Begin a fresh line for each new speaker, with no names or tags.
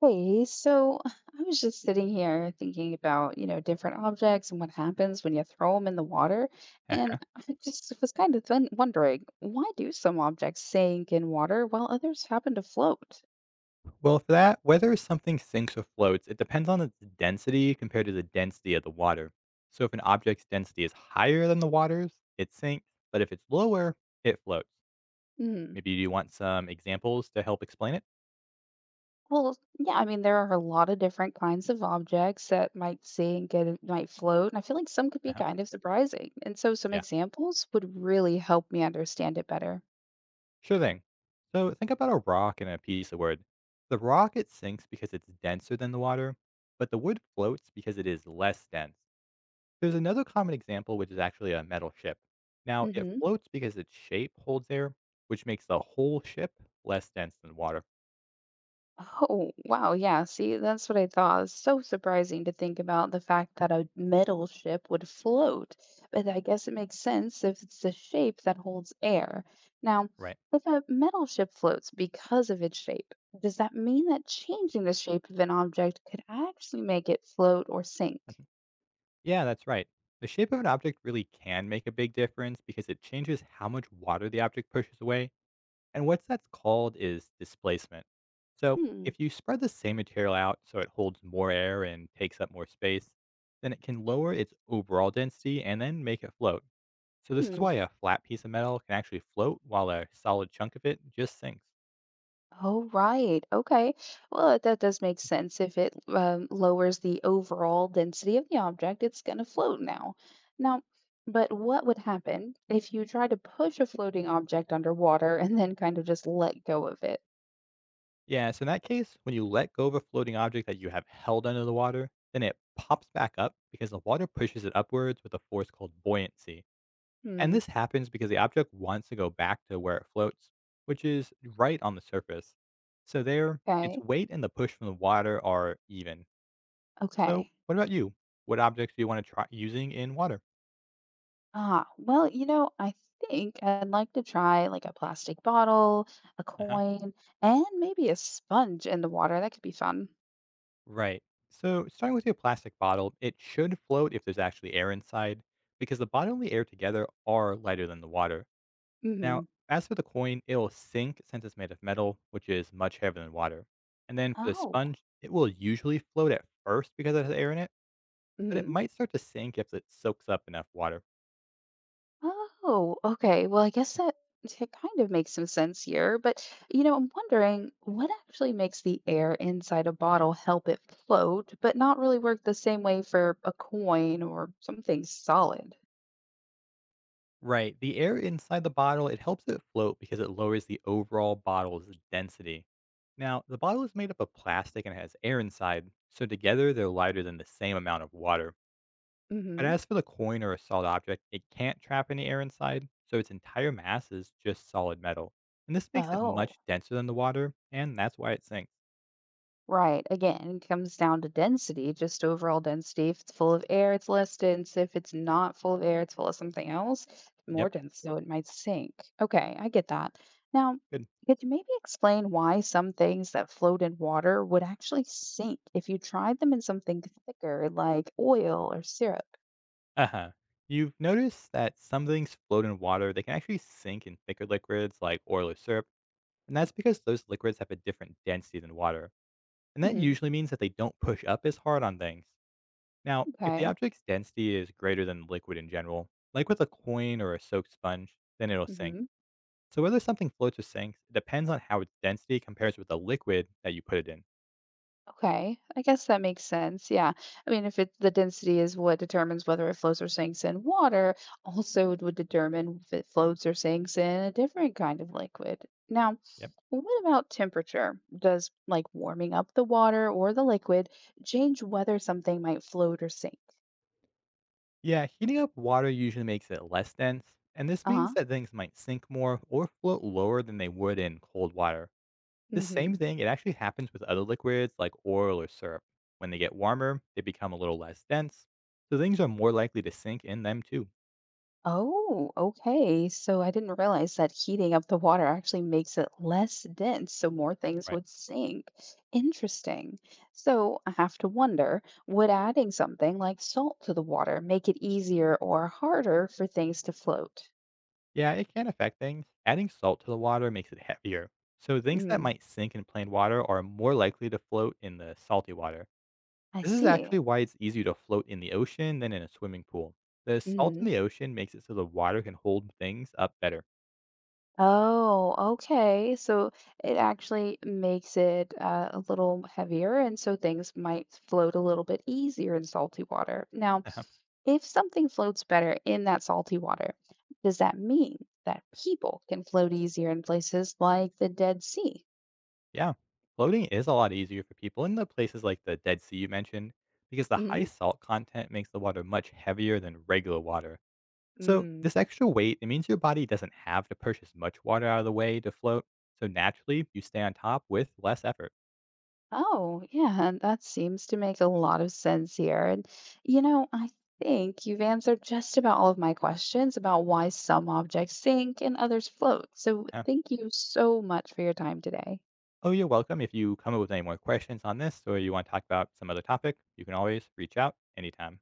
Hey, so I was just sitting here thinking about, you know, different objects and what happens when you throw them in the water. And
Eh,
I just was kind of then wondering, why do some objects sink in water while others happen to float?
well, for that, whether something sinks or floats, it depends on its density compared to the density of the water. So if an object's density is higher than the water's, it sinks, but if it's lower, it floats.
Hmm.
Maybe you want some examples to help explain it?
Well, yeah, I mean, there are a lot of different kinds of objects that might sink and might float, and I feel like some could be
Uh-huh.
kind of surprising. And so some
Yeah,
examples would really help me understand it better.
sure thing. So think about a rock and a piece of wood. The rock, it sinks because it's denser than the water, but the wood floats because it is less dense. There's another common example, which is actually a metal ship. Now, it floats because its shape holds air, which makes the whole ship less dense than water.
Oh, wow. Yeah. See, that's what I thought. It's so surprising to think about the fact that a metal ship would float, but I guess it makes sense if it's the shape that holds air. Now,
Right.
if a metal ship floats because of its shape, does that mean that changing the shape of an object could actually make it float or sink?
Mhm. Yeah, that's right. The shape of an object really can make a big difference because it changes how much water the object pushes away. And what that's called is displacement. So,
Hmm.
if you spread the same material out so it holds more air and takes up more space, then it can lower its overall density and then make it float. So this is
Hmm.
why a flat piece of metal can actually float while a solid chunk of it just sinks.
Oh, right. Okay. Well, that does make sense. If it lowers the overall density of the object, it's going to float now. Now, but what would happen if you try to push a floating object underwater and then kind of just let go of it?
Yeah, so in that case, when you let go of a floating object that you have held under the water, then it pops back up because the water pushes it upwards with a force called buoyancy. And
Hmm.
this happens because the object wants to go back to where it floats, which is right on the surface. So there, its
Okay.
weight and the push from the water are even. So
Okay.
what about you? What objects do you want to try using in water?
Ah, well, you know, I think I'd like to try like a plastic bottle, a
Uh-huh.
coin, and maybe a sponge in the water. That could be fun.
Right. So, starting with your plastic bottle, it should float if there's actually air inside, because the bottle and the air together are lighter than the water.
Hmm.
Now, as for the coin, it'll sink since it's made of metal, which is much heavier than water. And then for the
Oh.
sponge, it will usually float at first because it has air in it, but it
Hmm.
might start to sink if it soaks up enough water.
Oh, okay. Well, I guess that it kind of makes some sense here, but you know, I'm wondering what actually makes the air inside a bottle help it float, but not really work the same way for a coin or something solid?
Right. The air inside the bottle, it helps it float because it lowers the overall bottle's density. Now, the bottle is made up of plastic and has air inside, so together they're lighter than the same amount of water. But
Hmm.
as for the coin or a solid object, it can't trap any air inside, so its entire mass is just solid metal. And this makes it
Oh.
much denser than the water, and that's why it sinks.
Right. Again, it comes down to density, just overall density. If it's full of air, it's less dense. If it's not full of air, it's full of something else, more
Yep,
dense, so it might sink. Okay, I get that. Now,
good.
could you maybe explain why some things that float in water would actually sink if you tried them in something thicker, like oil or syrup?
Uh huh. You've noticed that some things float in water, they can actually sink in thicker liquids like oil or syrup. And that's because those liquids have a different density than water, and that
Hmm.
usually means that they don't push up as hard on things. Now, if the
Okay.
object's density is greater than liquid in general, like with a coin or a soaked sponge, then it'll sink.
Hmm.
So whether something floats or sinks depends on how its density compares with the liquid that you put it in.
Okay, I guess that makes sense. Yeah. I mean, if it the density is what determines whether it floats or sinks in water, also it would determine if it floats or sinks in a different kind of liquid. Now,
Yep.
what about temperature? Does like warming up the water or the liquid change whether something might float or sink?
Yeah, heating up water usually makes it less dense, and this means
Uh-huh.
that things might sink more or float lower than they would in cold water. This same
Mm-hmm.
thing, it actually happens with other liquids like oil or syrup. When they get warmer, they become a little less dense, so things are more likely to sink in them too.
Oh, okay. So I didn't realize that heating up the water actually makes it less dense, so more things
Right.
would sink. Interesting. So I have to wonder, would adding something like salt to the water make it easier or harder for things to float?
Yeah, it can affect things. Adding salt to the water makes it heavier, so things that
Mm,
might sink in plain water are more likely to float in the salty water.
I
This is
see.
actually why it's easier to float in the ocean than in a swimming pool. The salt in
Hmm.
the ocean makes it so the water can hold things up better.
Oh, okay. So it actually makes it a little heavier, and so things might float a little bit easier in salty water. Now, if something floats better in that salty water, does that mean that people can float easier in places like the Dead Sea?
Yeah, floating is a lot easier for people in the places like the Dead Sea you mentioned because the
Hmm.
high salt content makes the water much heavier than regular water. So,
Mm.
this extra weight, it means your body doesn't have to push as much water out of the way to float. So, naturally, you stay on top with less effort.
Oh, yeah, and that seems to make a lot of sense here. And, you know, I think you've answered just about all of my questions about why some objects sink and others float. So
Yeah.
thank you so much for your time today.
Oh, you're welcome. If you come up with any more questions on this or you want to talk about some other topic, you can always reach out anytime.